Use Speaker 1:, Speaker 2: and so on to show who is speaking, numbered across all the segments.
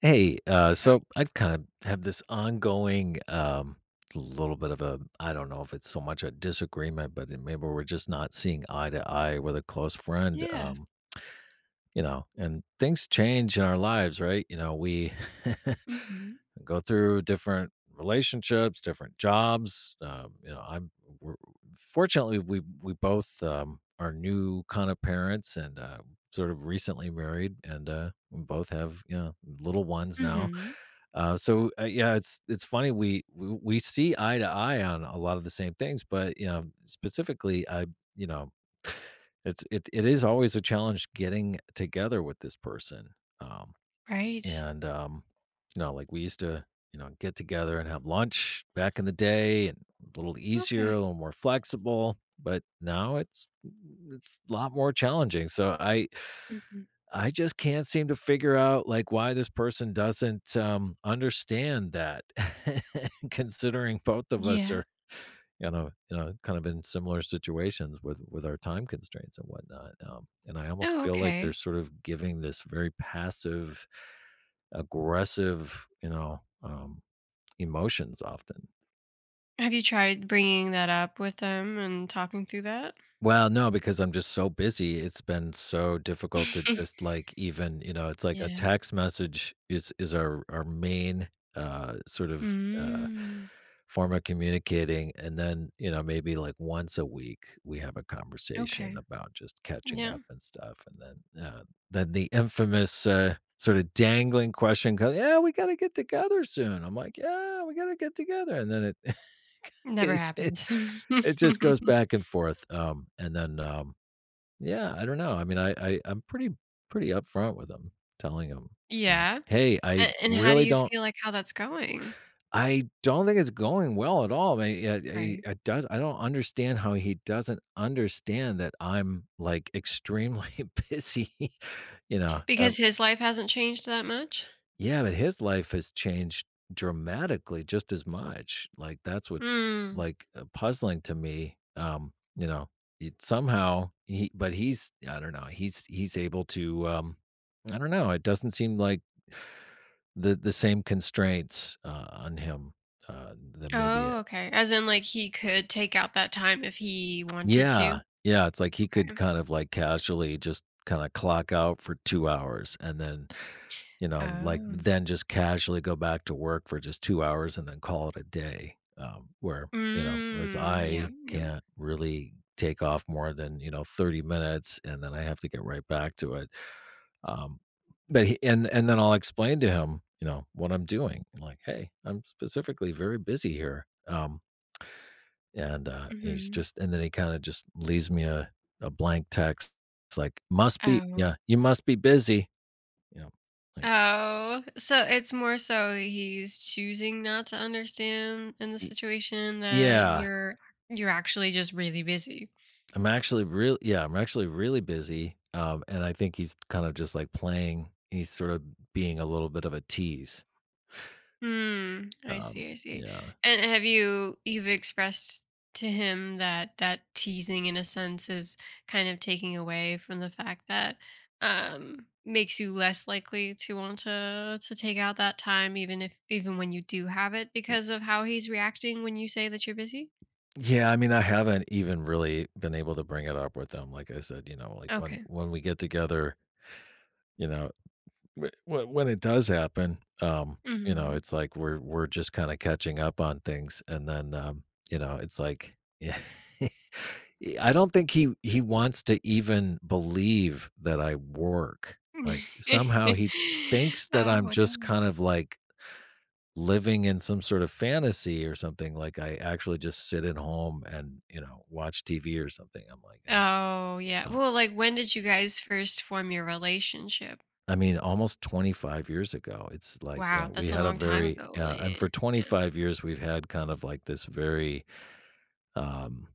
Speaker 1: Hey,
Speaker 2: Oh,
Speaker 1: so I kind of have this ongoing, little bit of a, I don't know if it's so much a disagreement, but maybe we're just not seeing eye to eye with a close friend.
Speaker 2: yeah.
Speaker 1: And things change in our lives, right? You know, we
Speaker 2: Mhm.
Speaker 1: go through different relationships, different jobs. We're, fortunately we both are new kind of parents, and sort of recently married, and we both have little ones now,
Speaker 2: Mhm.
Speaker 1: so yeah, it's funny, we see eye to eye on a lot of the same things, but you know specifically, I you know it is always a challenge getting together with this person, um,
Speaker 2: Right.
Speaker 1: and you know, like we used to, get together and have lunch back in the day, and a little easier,
Speaker 2: Okay.
Speaker 1: a little more flexible, but now it's a lot more challenging. So I
Speaker 2: Mhm.
Speaker 1: I just can't seem to figure out, like, why this person doesn't understand that, considering both of us
Speaker 2: Yeah.
Speaker 1: are kind of in similar situations with our time constraints and whatnot. And I almost
Speaker 2: Oh,
Speaker 1: feel like they're
Speaker 2: okay.
Speaker 1: sort of giving this very passive, aggressive, emotions often.
Speaker 2: Have you tried bringing that up with them and talking through that?
Speaker 1: Well, no, because I'm just so busy, it's been so difficult to just, like, even, it's like a
Speaker 2: Yeah.
Speaker 1: text message is our main, uh, sort of, uh,
Speaker 2: Mm.
Speaker 1: form of communicating, and then, you know, maybe, like, once a week, we have a conversation
Speaker 2: Okay.
Speaker 1: about just catching
Speaker 2: Yeah.
Speaker 1: up and stuff, and then, uh then the infamous, sort of dangling question comes. "Yeah, we gotta get together soon." I'm like, "Yeah, we gotta get together," and then it
Speaker 2: Never
Speaker 1: it it
Speaker 2: happens.
Speaker 1: it just goes back and forth, and then, yeah, I don't know. I mean, I'm pretty upfront with him, telling him, you know,
Speaker 2: Yeah.
Speaker 1: "Hey, I
Speaker 2: And how do
Speaker 1: really
Speaker 2: you feel like how that's going?
Speaker 1: don't think it's going well at all." I it it
Speaker 2: Right.
Speaker 1: it does I don't understand how he doesn't understand that I'm, like, extremely busy, you know.
Speaker 2: Because his life hasn't changed that much?
Speaker 1: Yeah, but his life has changed dramatically just as much. Like, that's what's
Speaker 2: Mm.
Speaker 1: like puzzling to me. You know, somehow he's, I don't know. He's able to. I don't know. It doesn't seem like the same constraints on him, uh, that maybe. It,
Speaker 2: Oh, okay. As in, like, he could take out that time if he wanted to?
Speaker 1: yeah, yeah. It's like he could
Speaker 2: Okay.
Speaker 1: kind of like casually just kind of clock out for 2 hours, and then, you know, like,
Speaker 2: Oh.
Speaker 1: then just casually go back to work for just 2 hours and then call it a day, you know, whereas
Speaker 2: Mm, yeah,
Speaker 1: I
Speaker 2: yeah.
Speaker 1: can't really take off more than, you know, 30 minutes, and then I have to get right back to it, um, but he and then I'll explain to him, you know, what I'm doing, like, "Hey, I'm specifically very busy here," he's
Speaker 2: Mhm.
Speaker 1: just, and then he kinda just leaves me a blank text. It's like, "Must be,"
Speaker 2: Oh.
Speaker 1: yeah, "You must be busy." You know, like,
Speaker 2: Oh, so it's more so he's choosing not to understand in the
Speaker 1: "Y
Speaker 2: situation that
Speaker 1: yeah."
Speaker 2: you're actually just really busy.
Speaker 1: I'm actually really, yeah, I'm actually really busy, and I think he's kind of just, like, playing he's sort of being a little bit of a tease,
Speaker 2: Hmm. I
Speaker 1: um,
Speaker 2: see, I see.
Speaker 1: yeah.
Speaker 2: And have you've expressed to him that that teasing in a sense is kind of taking away from the fact that makes you less likely to want to take out that time even if even when you do have it because of how he's reacting when you say that you're busy?
Speaker 1: Yeah, I mean, I haven't even really been able to bring it up with them. Like I said, you know, like, when
Speaker 2: Okay.
Speaker 1: when we get together, you know, wh when it does happen, you know,
Speaker 2: Mhm.
Speaker 1: it's like we're just kinda catching up on things, and then, you know, it's like, yeah. I don't think he wants to even believe that I work. Like, somehow he thinks that I'm
Speaker 2: Oh,
Speaker 1: just
Speaker 2: no.
Speaker 1: kind of, like, living in some sort of fantasy or something, like, I actually just sit at home and, you know, watch TV or something. I'm like,
Speaker 2: Oh, yeah.
Speaker 1: um
Speaker 2: Well, like when did you guys first form your relationship?
Speaker 1: I mean, almost 25 years ago, it's like, you know,
Speaker 2: Wow,
Speaker 1: we
Speaker 2: that's a
Speaker 1: had a
Speaker 2: long time
Speaker 1: very,
Speaker 2: ago,
Speaker 1: yeah, and
Speaker 2: eh,
Speaker 1: for
Speaker 2: yeah.
Speaker 1: 25 years, we've had kind of, like, this very, um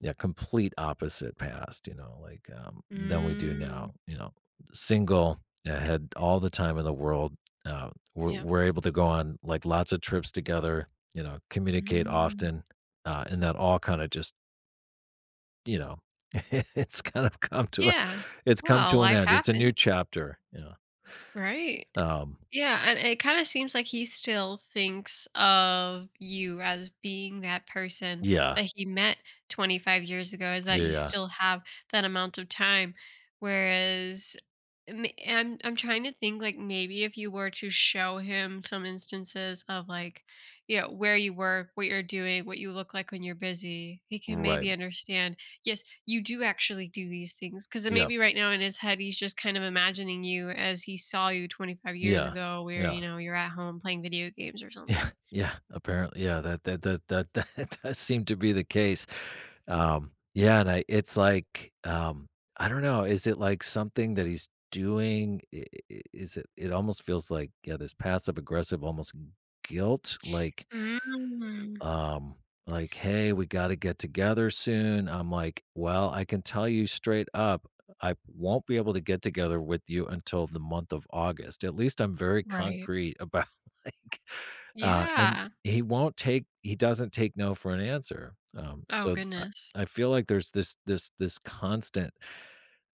Speaker 1: yeah, complete opposite past, you know, like, than we do
Speaker 2: Mm.
Speaker 1: now, you know, single, had all the time in the world, we're
Speaker 2: Yeah.
Speaker 1: we're able to go on, like, lots of trips together, you know, communicate
Speaker 2: Mm.
Speaker 1: often, and that all kinda just, you know, it's kind of come to a
Speaker 2: Yeah.
Speaker 1: it's come
Speaker 2: Well,
Speaker 1: to an
Speaker 2: life
Speaker 1: end, it's a new
Speaker 2: happens,
Speaker 1: chapter, yeah,
Speaker 2: right?
Speaker 1: um,
Speaker 2: Yeah, and it kind of seems like he still thinks of you as being that person
Speaker 1: yeah,
Speaker 2: that he met 25 years ago, is that
Speaker 1: yeah,
Speaker 2: you
Speaker 1: yeah,
Speaker 2: still have that amount of time. Whereas I'm trying to think like maybe if you were to show him some instances of like, you know, where you work, what you're doing, what you look like when you're busy, he can
Speaker 1: right,
Speaker 2: maybe understand. Yes, you do actually do these things. Cause
Speaker 1: yeah,
Speaker 2: maybe right now in his head, he's just kind of imagining you as he saw you 25 years
Speaker 1: yeah,
Speaker 2: ago where, you
Speaker 1: yeah.
Speaker 2: know, you're at home playing video games or
Speaker 1: Yeah,
Speaker 2: something.
Speaker 1: yeah, apparently, yeah, that that does seem to be the case. Yeah, and I it's like, I don't know, is it like something that he's doing? Is it, it almost feels like, yeah, this passive aggressive almost guilt,
Speaker 2: Mm.
Speaker 1: um, like, hey, we got to get together soon. I'm like, well, I can tell you straight up, I won't be able to get together with you until the month of August. At least I'm very
Speaker 2: Right.
Speaker 1: concrete about like, and
Speaker 2: Yeah.
Speaker 1: he doesn't take no for an answer.
Speaker 2: Oh,
Speaker 1: So I
Speaker 2: goodness.
Speaker 1: I feel like there's this constant,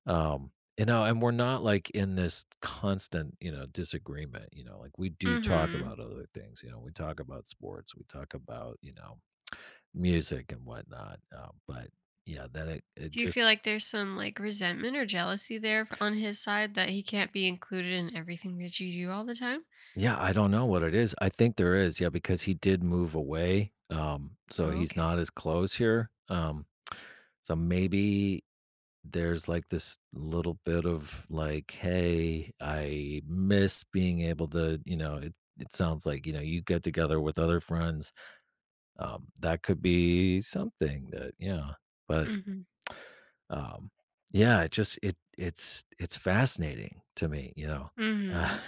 Speaker 1: um, you know, and we're not like in this constant, you know, disagreement, you know, like we do talk
Speaker 2: Mhm.
Speaker 1: about other things, you know, we talk about sports, we talk about, you know, music and whatnot. But yeah, it
Speaker 2: Do you
Speaker 1: just,
Speaker 2: feel like there's some, like, resentment or jealousy there f on his side that he can't be included in everything that you do all the time?
Speaker 1: yeah, I don't know what it is. I think there is. Yeah. Because he did move away. So he's
Speaker 2: Okay.
Speaker 1: not as close here. So maybe there's like this little bit of like, hey, I miss being able to, you know, it sounds like, you know, you get together with other friends. That could be something that, yeah. But
Speaker 2: Mhm.
Speaker 1: um, yeah, it's fascinating to me, you know. Uh,
Speaker 2: Mhm.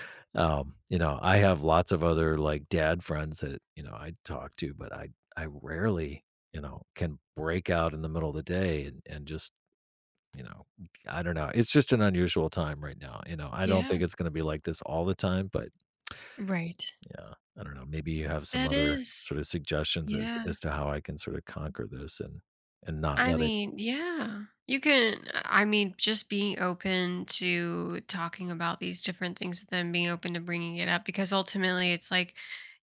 Speaker 1: you know, I have lots of other, like, dad friends that, you know, I talk to, but I rarely, you know, can break out in the middle of the day and, just, you know, I don't know. It's just an unusual time right now, you know, I don't
Speaker 2: Yeah.
Speaker 1: think it's gonna be like this all the time, but
Speaker 2: Right.
Speaker 1: yeah, I don't know, maybe you have some
Speaker 2: That
Speaker 1: other
Speaker 2: is,
Speaker 1: sort of suggestions as
Speaker 2: yeah.
Speaker 1: to how I can sort of conquer this, and not
Speaker 2: I
Speaker 1: let it.
Speaker 2: mean, yeah. You can, I mean, just being open to talking about these different things with them, being open to bringing it up, because ultimately it's like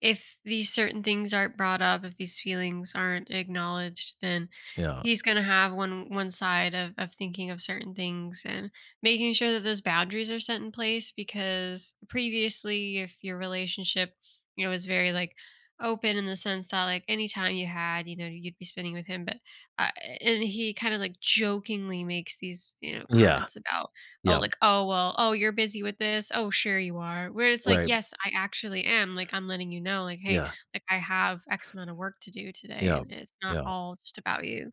Speaker 2: if these certain things aren't brought up, if these feelings aren't acknowledged, then
Speaker 1: Yeah.
Speaker 2: he's going to have one side of thinking of certain things and making sure that those boundaries are set in place because previously if your relationship, you know, was very like open in the sense that like anytime you had, you know, you'd be spending with him but uh, and he kind of like jokingly makes these, you know,
Speaker 1: Yeah.
Speaker 2: comments about, oh,
Speaker 1: Yeah.
Speaker 2: like, oh, well, oh, you're busy with this. Oh, sure you are. Where it's like,
Speaker 1: Right.
Speaker 2: yes, I actually am. Like, I'm letting you know, like, hey,
Speaker 1: Yeah.
Speaker 2: like, I have X amount of work to do today,
Speaker 1: Yeah.
Speaker 2: and it's not
Speaker 1: Yeah.
Speaker 2: all just about you.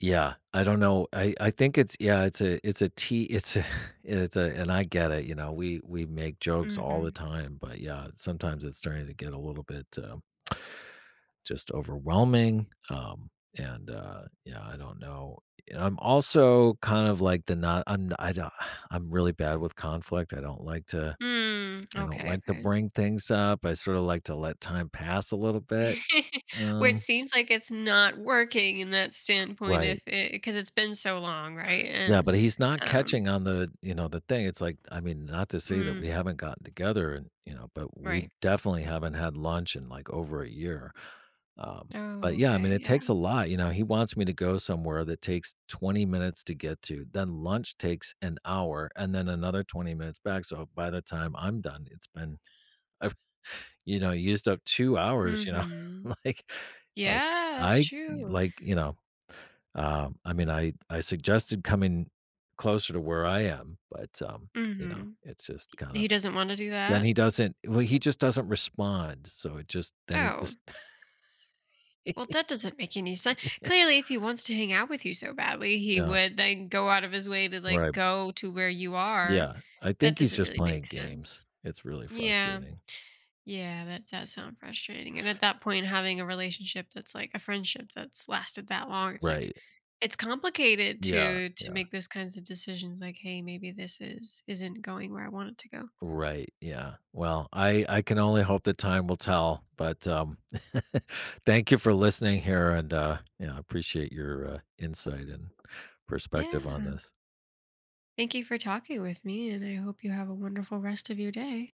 Speaker 1: Yeah. I don't know. I think it's, yeah, it's a it's a and I get it, you know, we make jokes all the
Speaker 2: Hmm.
Speaker 1: time, but yeah, sometimes it's starting to get a little bit, just overwhelming. And yeah, I don't know. And I'm also kind of like the not. I don't. I'm really bad with conflict. I don't like to.
Speaker 2: Mm,
Speaker 1: I don't
Speaker 2: okay,
Speaker 1: like to
Speaker 2: okay.
Speaker 1: bring things up. I sort of like to let time pass a little bit.
Speaker 2: Where it
Speaker 1: Um,
Speaker 2: seems like it's not working in that standpoint,
Speaker 1: right.
Speaker 2: if it because it's been so long, right?
Speaker 1: Yeah,
Speaker 2: And
Speaker 1: but he's not
Speaker 2: um,
Speaker 1: catching on the, you know, the thing. It's like, I mean, not to say that
Speaker 2: mm,
Speaker 1: we haven't gotten together, and you know, but we
Speaker 2: right.
Speaker 1: definitely haven't had lunch in like over a year. Um, but
Speaker 2: Oh,
Speaker 1: yeah, I mean,
Speaker 2: okay,
Speaker 1: it
Speaker 2: yeah.
Speaker 1: takes a lot. You know, he wants me to go somewhere that takes 20 minutes to get to. Then lunch takes an hour and then another 20 minutes back. So by the time I'm done, I've, you know, used up 2 hours, you know,
Speaker 2: Hmm.
Speaker 1: like, like
Speaker 2: Yeah, that's
Speaker 1: I
Speaker 2: true.
Speaker 1: like, you know, I mean, I suggested coming closer to where I am, but, you know,
Speaker 2: Mhm.
Speaker 1: it's just kind
Speaker 2: He
Speaker 1: of,
Speaker 2: doesn't wanna do
Speaker 1: then
Speaker 2: that?
Speaker 1: he doesn't, well, he just doesn't respond. So it just, then he
Speaker 2: Oh.
Speaker 1: just,
Speaker 2: Well, that doesn't make any sense. Clearly, if he wants to hang out with you so badly, he
Speaker 1: yeah,
Speaker 2: would, then go out of his way to, like,
Speaker 1: right.
Speaker 2: go to where you are.
Speaker 1: Yeah, I
Speaker 2: That
Speaker 1: think he's
Speaker 2: doesn't
Speaker 1: just
Speaker 2: really
Speaker 1: playing
Speaker 2: make
Speaker 1: games.
Speaker 2: sense.
Speaker 1: It's really
Speaker 2: Yeah.
Speaker 1: frustrating.
Speaker 2: Yeah, that does sound frustrating, and at that point, having a relationship that's, like, a friendship that's lasted that long, it's like
Speaker 1: Right.
Speaker 2: it's complicated
Speaker 1: Yeah,
Speaker 2: to
Speaker 1: yeah.
Speaker 2: make those kinds of decisions, like, "Hey, maybe this is isn't going where I want it to go."
Speaker 1: Right, yeah. Well, I can only hope that time will tell, but, thank you for listening here, and, yeah, I appreciate your, insight and perspective on
Speaker 2: Yeah.
Speaker 1: this.
Speaker 2: Thank you for talking with me, and I hope you have a wonderful rest of your day.